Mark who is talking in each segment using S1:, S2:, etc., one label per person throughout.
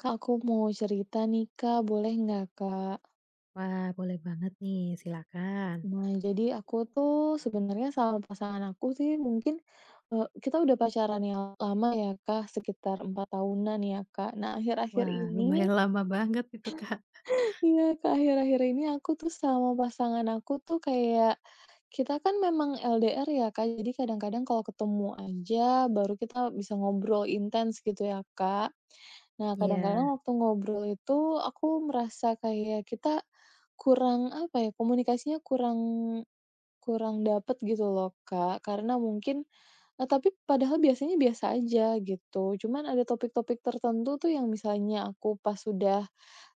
S1: Kak, aku mau cerita nih Kak, boleh nggak Kak?
S2: Wah, boleh banget nih, silakan.
S1: Nah, jadi aku tuh sebenarnya sama pasangan aku sih mungkin, kita udah pacaran yang lama ya Kak, sekitar 4 tahunan ya Kak. Nah, akhir-akhir
S2: Wah,
S1: ini
S2: lumayan lama banget itu, Kak.
S1: iya, ke akhir-akhir ini aku tuh sama pasangan aku tuh kayak, kita kan memang LDR ya, Kak, jadi kadang-kadang kalau ketemu aja baru kita bisa ngobrol intens gitu ya, Kak. Nah,
S2: Iya,
S1: kadang-kadang waktu ngobrol itu aku merasa kayak kita kurang, apa ya, komunikasinya kurang kurang dapet gitu loh, Kak, karena mungkin tapi padahal biasanya biasa aja gitu, cuman ada topik-topik tertentu tuh yang misalnya aku pas sudah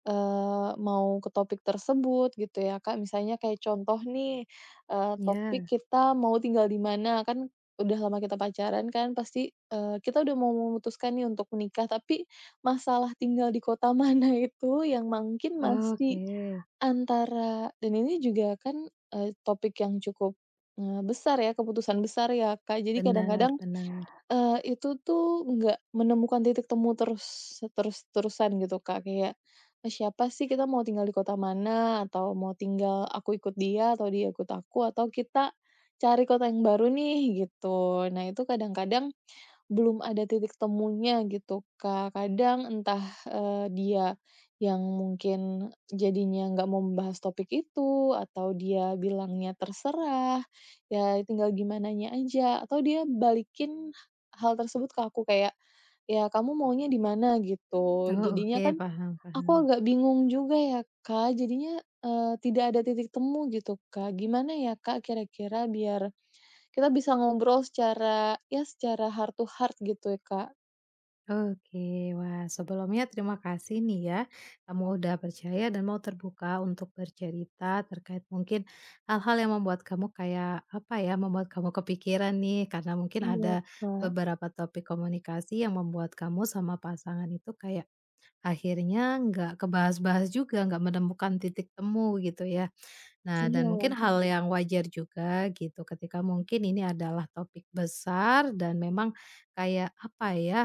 S1: Mau ke topik tersebut gitu ya, Kak. Misalnya kayak contoh nih, topik
S2: iya.
S1: kita mau tinggal di mana, kan udah lama kita pacaran kan pasti, kita udah mau memutuskan nih untuk menikah, tapi masalah tinggal di kota mana itu yang mungkin
S2: Oke.
S1: masih antara dan ini juga kan, topik yang cukup, besar ya, keputusan besar ya, Kak. Jadi
S2: Benar
S1: kadang-kadang
S2: benar.
S1: Itu tuh nggak menemukan titik temu terus-terusan gitu, Kak. Kayak, siapa sih kita mau tinggal di kota mana, atau mau tinggal aku ikut dia, atau dia ikut aku, atau kita cari kota yang baru nih, gitu. Nah, itu kadang-kadang belum ada titik temunya gitu, Kak. Kadang entah, dia yang mungkin jadinya nggak mau membahas topik itu, atau dia bilangnya terserah, ya tinggal gimananya aja, atau dia balikin hal tersebut ke aku kayak, "Ya kamu maunya di mana?" gitu.
S2: Oh,
S1: Jadinya
S2: oke,
S1: kan
S2: paham
S1: aku
S2: paham.
S1: agak bingung juga ya, Kak, jadinya, tidak ada titik temu gitu, Kak. Gimana ya, Kak, kira-kira biar kita bisa ngobrol secara, ya secara heart to heart gitu ya, Kak.
S2: Oke. Wah, sebelumnya terima kasih nih ya, kamu udah percaya dan mau terbuka untuk bercerita terkait mungkin hal-hal yang membuat kamu kayak, apa ya, membuat kamu kepikiran nih, karena mungkin
S1: Iya,
S2: ada
S1: Kak.
S2: beberapa topik komunikasi yang membuat kamu sama pasangan itu kayak akhirnya nggak kebahas-bahas juga, nggak menemukan titik temu gitu ya. Nah, dan mungkin
S1: Iya,
S2: hal yang wajar juga gitu ketika mungkin ini adalah topik besar dan memang kayak apa ya,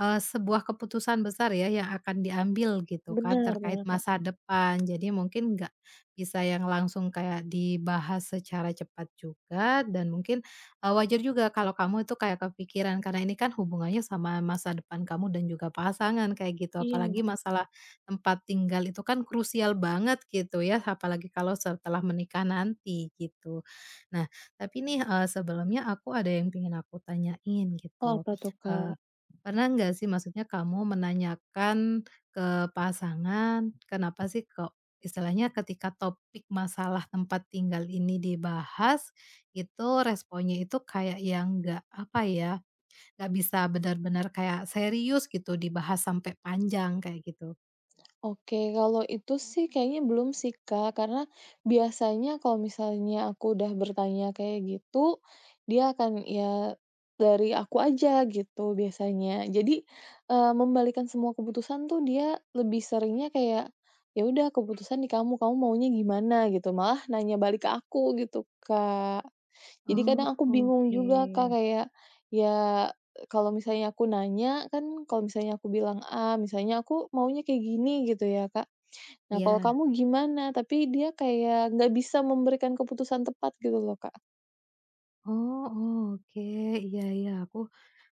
S2: Sebuah keputusan besar ya yang akan diambil gitu kan
S1: benar
S2: terkait
S1: benar, Kak.
S2: masa depan. Jadi mungkin nggak bisa yang langsung kayak dibahas secara cepat juga dan mungkin, wajar juga kalau kamu itu kayak kepikiran karena ini kan hubungannya sama masa depan kamu dan juga pasangan kayak gitu. Apalagi
S1: Iya.
S2: masalah tempat tinggal itu kan krusial banget gitu ya, apalagi kalau setelah menikah nanti gitu. Nah, tapi nih, sebelumnya aku ada yang pengen aku tanyain
S1: Oh,
S2: gitu,
S1: apa tuh,
S2: eee
S1: Kak?
S2: pernah nggak sih maksudnya kamu menanyakan ke pasangan, kenapa sih kok istilahnya ketika topik masalah tempat tinggal ini dibahas, itu responnya itu kayak yang nggak, apa ya, nggak bisa benar-benar kayak serius gitu dibahas sampai panjang kayak gitu?
S1: Oke, kalau itu sih kayaknya belum sih, Kak, karena biasanya kalau misalnya aku udah bertanya kayak gitu, dia akan, ya dari aku aja gitu biasanya. Jadi, membalikan semua keputusan tuh dia lebih seringnya kayak, "Ya udah keputusan di kamu, kamu maunya gimana?" Gitu, malah nanya balik ke aku gitu, Kak. Jadi
S2: Oh,
S1: kadang aku bingung
S2: oke.
S1: juga Kak, kayak, ya kalau misalnya aku nanya kan kalau misalnya aku bilang A, misalnya aku maunya kayak gini gitu ya Kak. Nah kalau
S2: Iya.
S1: kamu gimana? Tapi dia kayak nggak bisa memberikan keputusan tepat gitu loh Kak.
S2: Oh, oke. Iya, iya, aku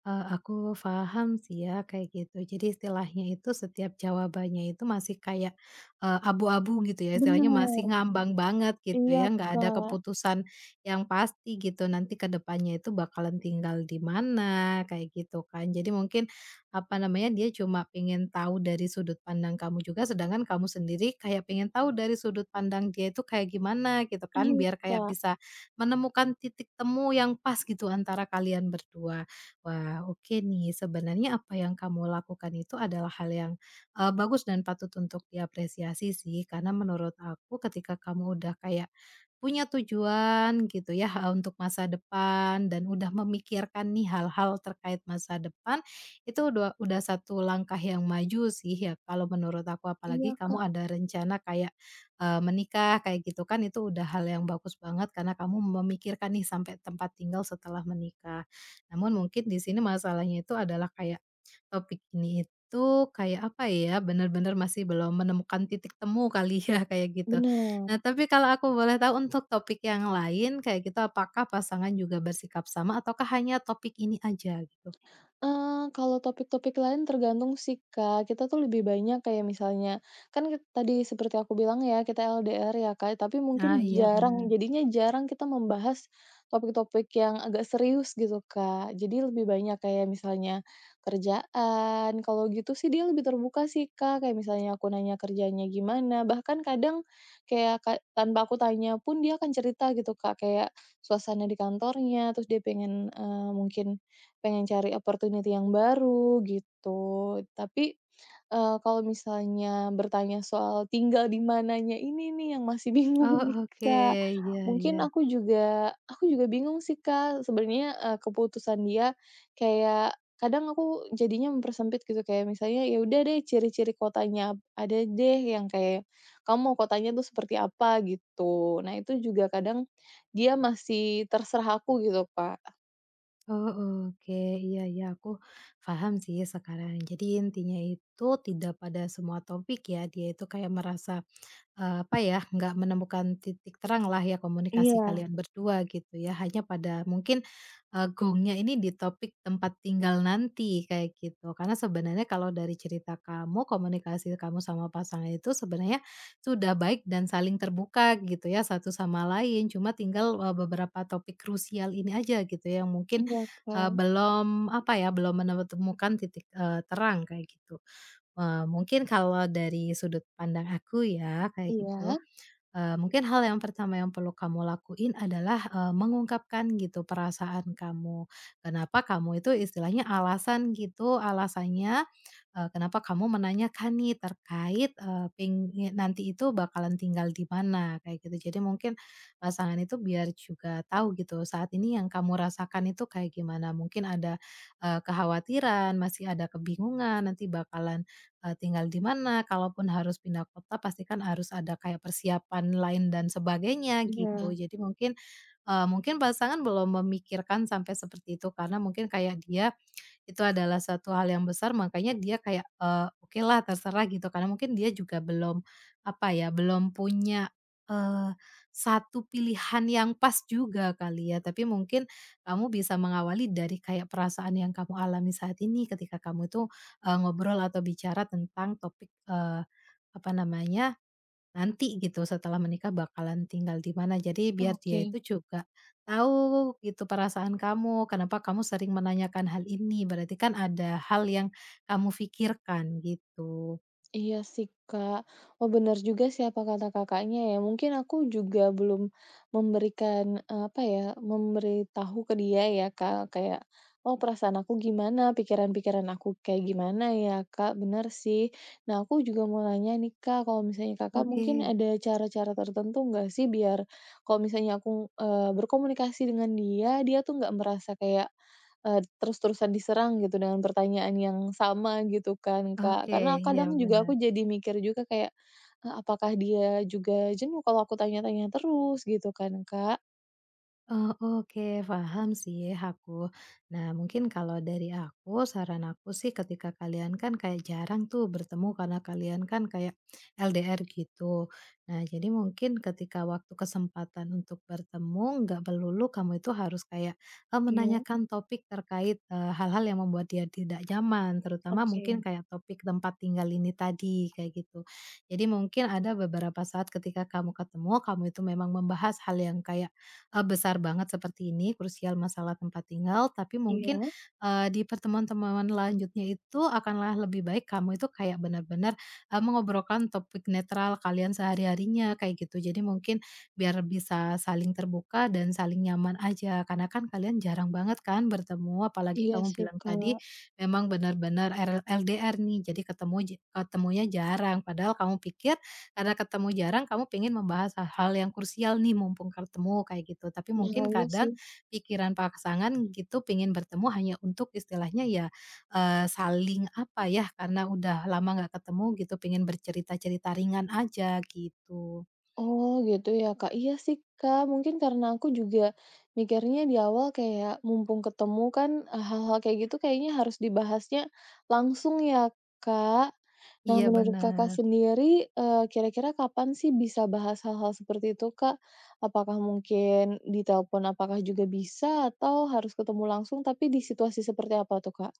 S2: Eee, aku paham sih ya kayak gitu. Jadi istilahnya itu setiap jawabannya itu masih kayak, abu-abu gitu ya, istilahnya masih
S1: Benar
S2: ngambang banget gitu
S1: iya
S2: ya, nggak ada
S1: Kak,
S2: keputusan yang pasti gitu, nanti ke depannya itu bakalan tinggal di mana, kayak gitu kan. Jadi mungkin, apa namanya, dia cuma pengen tahu dari sudut pandang kamu juga, sedangkan kamu sendiri kayak pengen tahu dari sudut pandang dia itu kayak gimana gitu kan,
S1: iya
S2: biar kayak
S1: Kak
S2: bisa menemukan titik temu yang pas gitu antara kalian berdua. Wah, oke nih. Sebenarnya apa yang kamu lakukan itu adalah hal yang, bagus dan patut untuk diapresiasi sih. Karena menurut aku ketika kamu udah kayak punya tujuan gitu ya, untuk masa depan dan udah memikirkan nih hal-hal terkait masa depan, itu dua udah satu langkah yang maju sih ya kalau menurut aku. Apalagi
S1: iya
S2: kamu
S1: Kak,
S2: ada rencana kayak, menikah kayak gitu kan, itu udah hal yang bagus banget karena kamu memikirkan nih sampai tempat tinggal setelah menikah. Namun mungkin di sini masalahnya itu adalah kayak topik ini itu kayak apa ya, benar-benar masih belum menemukan titik temu kali ya, kayak gitu. Nah,
S1: benar.
S2: tapi kalau aku boleh tahu untuk topik yang lain kayak gitu, apakah pasangan juga bersikap sama ataukah hanya topik ini aja gitu?
S1: Kalau topik-topik lain tergantung sih, Kak. Kita tuh lebih banyak kayak misalnya kan tadi seperti aku bilang ya, kita LDR ya, Kak, tapi
S2: Ah,
S1: mungkin
S2: iya
S1: jarang
S2: benar.
S1: jadinya jarang kita membahas topik-topik yang agak serius gitu, Kak. Jadi lebih banyak kayak misalnya kerjaan, kalau gitu sih dia lebih terbuka sih, Kak. Kayak misalnya aku nanya kerjaannya gimana, bahkan kadang kayak tanpa aku tanya pun dia akan cerita gitu, Kak, kayak suasana di kantornya, terus dia pengen, mungkin pengen cari opportunity yang baru gitu. Tapi, kalau misalnya bertanya soal tinggal di mananya ini nih yang masih bingung
S2: Oh,
S1: nih,
S2: oke,
S1: Kak.
S2: iya, iya.
S1: Mungkin aku juga bingung sih, Kak, sebenarnya, keputusan dia kayak kadang aku jadinya mempersempit gitu, kayak misalnya, "Ya udah deh ciri-ciri kotanya ada deh yang kayak kamu mau kotanya tuh seperti apa?" Gitu. Nah itu juga kadang dia masih terserah aku gitu, Kak.
S2: Oh, oke, iya, iya, aku paham sih sekarang. Jadi intinya itu tidak pada semua topik ya, dia itu kayak merasa apa ya, nggak menemukan titik terang lah ya komunikasi Mhm.
S1: Iya.
S2: kalian berdua gitu ya, hanya pada mungkin, gongnya ini di topik tempat tinggal nanti kayak gitu. Karena sebenarnya kalau dari cerita kamu, komunikasi kamu sama pasangan itu sebenarnya sudah baik dan saling terbuka gitu ya satu sama lain, cuma tinggal, beberapa topik krusial ini aja gitu ya yang mungkin,
S1: Iya, Kak.
S2: belum apa ya, belum menemukan titik, terang kayak gitu. Mungkin kalau dari sudut pandang aku ya kayak gitu,
S1: Iya,
S2: mungkin hal yang pertama yang perlu kamu lakuin adalah, mengungkapkan gitu perasaan kamu. Kenapa kamu itu istilahnya alasan gitu, alasannya, kenapa kamu menanyakan nih terkait, pengin nanti itu bakalan tinggal di mana kayak gitu. Jadi mungkin pasangan itu biar juga tahu gitu saat ini yang kamu rasakan itu kayak gimana. Mungkin ada, kekhawatiran, masih ada kebingungan nanti bakalan tinggal di mana, kalaupun harus pindah kota pastikan harus ada kayak persiapan lain dan sebagainya
S1: iya.
S2: gitu.
S1: Mhm.
S2: Jadi mungkin, mungkin pasangan belum memikirkan sampai seperti itu karena mungkin kayak dia itu adalah suatu hal yang besar makanya dia kayak, eh, oke lah terserah gitu karena mungkin dia juga belum, apa ya, belum punya, eee, satu pilihan yang pas juga kali ya. Tapi mungkin kamu bisa mengawali dari kayak perasaan yang kamu alami saat ini ketika kamu itu, ngobrol atau bicara tentang topik, apa namanya nanti gitu setelah menikah bakalan tinggal di mana. Jadi biar dia
S1: Oke.
S2: itu juga tahu gitu perasaan kamu, kenapa kamu sering menanyakan hal ini, berarti kan ada hal yang kamu pikirkan gitu.
S1: Iya sih, Kak. Oh, benar juga sih apa kata Kakaknya ya, mungkin aku juga belum memberikan, apa ya, memberitahu ke dia ya, Kak, kayak, "Oh, perasaan aku gimana, pikiran-pikiran aku kayak gimana ya, Kak?" Benar sih. Nah, aku juga mau nanya nih, Kak, kalau misalnya Kakak
S2: Oke,
S1: mungkin ada cara-cara tertentu nggak sih biar kalau misalnya aku, berkomunikasi dengan dia, dia tuh nggak merasa kayak terus-terusan diserang gitu dengan pertanyaan yang sama gitu kan, Kak.
S2: oke,
S1: Karena
S2: iya
S1: kadang juga
S2: benar.
S1: aku jadi mikir juga kayak, apakah dia juga jenuh kalau aku tanya-tanya terus gitu kan, Kak.
S2: Oh, oke, paham sih ya aku. Nah, mungkin kalau dari aku, saran aku sih ketika kalian kan kayak jarang tuh bertemu karena kalian kan kayak LDR gitu. Nah, jadi mungkin ketika waktu kesempatan untuk bertemu, nggak melulu kamu itu harus kayak eh,
S1: Iya,
S2: menanyakan topik terkait eh, hal-hal yang membuat dia tidak nyaman, terutama mungkin
S1: oke.
S2: kayak topik tempat tinggal ini tadi, kayak gitu. Jadi mungkin ada beberapa saat ketika kamu ketemu, kamu itu memang membahas hal yang kayak besar banget seperti ini, krusial masalah tempat tinggal, tapi mungkin,
S1: Iya.
S2: di pertemuan-pertemuan lanjutnya itu akanlah lebih baik kamu itu kayak benar-benar, mengobrolkan topik netral kalian sehari-harinya kayak gitu. Jadi mungkin biar bisa saling terbuka dan saling nyaman aja, karena kan kalian jarang banget kan bertemu, apalagi
S1: Iya
S2: kamu
S1: sih,
S2: bilang tadi
S1: Kak.
S2: memang benar-benar RL LDR nih, jadi ketemunya jarang, padahal kamu pikir karena ketemu jarang kamu pengen membahas hal-hal yang krusial nih mumpung ketemu kayak gitu. Tapi mungkin
S1: Nah, iya
S2: kadang
S1: sih.
S2: pikiran pasangan gitu pengen bertemu hanya untuk istilahnya ya, saling apa ya, karena udah lama nggak ketemu gitu pengen bercerita-cerita ringan aja gitu.
S1: Oh gitu ya Kak, iya sih Kak, mungkin karena aku juga mikirnya di awal kayak mumpung ketemu kan, hal-hal kayak gitu kayaknya harus dibahasnya langsung ya Kak. Nah, Mmm,
S2: Iya
S1: menurut Kakak
S2: benar.
S1: sendiri, kira-kira kapan sih bisa bahas hal-hal seperti itu Kak? Apakah mungkin di telepon apakah juga bisa atau harus ketemu langsung, tapi di situasi seperti apa tuh Kak?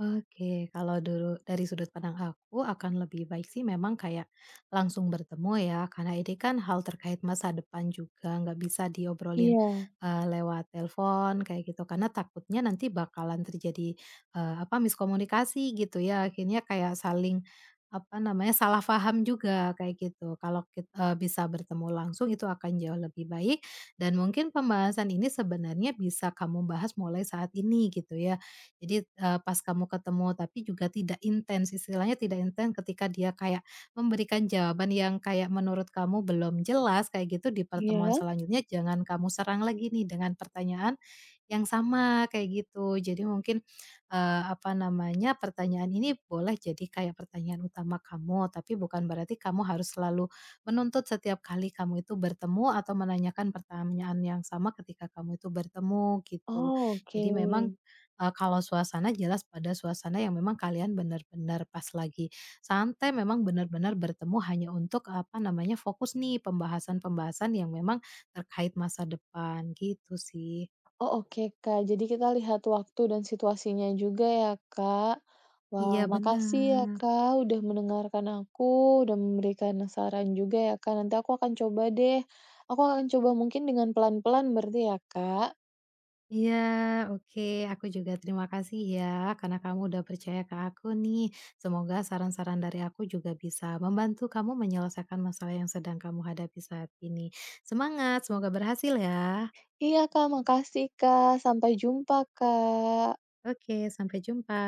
S2: Oke, kalau dulu dari sudut pandang aku akan lebih baik sih memang kayak langsung bertemu ya, karena ini kan hal terkait masa depan juga nggak bisa diobrolin,
S1: Iya
S2: lewat telepon kayak gitu, karena takutnya nanti bakalan terjadi, apa, miskomunikasi gitu ya, akhirnya kayak saling, apa namanya, salah paham juga kayak gitu. Kalau kit bisa bertemu langsung itu akan jauh lebih baik dan mungkin pembahasan ini sebenarnya bisa kamu bahas mulai saat ini gitu ya. Jadi, pas kamu ketemu tapi juga tidak intens, istilahnya tidak intens ketika dia kayak memberikan jawaban yang kayak menurut kamu belum jelas kayak gitu, di pertemuan
S1: iya?
S2: selanjutnya jangan kamu serang lagi nih dengan pertanyaan yang sama, kayak gitu. Jadi mungkin, apa namanya, pertanyaan ini boleh jadi kayak pertanyaan utama kamu, tapi bukan berarti kamu harus selalu menuntut setiap kali kamu itu bertemu atau menanyakan pertanyaan yang sama ketika kamu itu bertemu, gitu.
S1: Oh oke.
S2: Jadi memang, kalau suasana jelas pada suasana yang memang kalian benar-benar pas lagi santai, memang benar-benar bertemu hanya untuk, apa namanya, fokus nih pembahasan-pembahasan yang memang terkait masa depan, gitu sih.
S1: Oh, oke, Kak. Jadi kita lihat waktu dan situasinya juga ya, Kak. Wah,
S2: Iya
S1: Mhm, makasih ya,
S2: benar.
S1: Kak, udah mendengarkan aku, udah memberikan saran juga ya, Kak. Nanti aku akan coba deh. Aku akan coba mungkin dengan pelan-pelan berarti ya, Kak?
S2: Iya, oke. Aku juga terima kasih ya, karena kamu udah percaya ke aku nih. Semoga saran-saran dari aku juga bisa membantu kamu menyelesaikan masalah yang sedang kamu hadapi saat ini. Semangat, semoga berhasil ya.
S1: Iya, Kak, makasih, Kak. Sampai jumpa, Kak.
S2: Oke, sampai jumpa.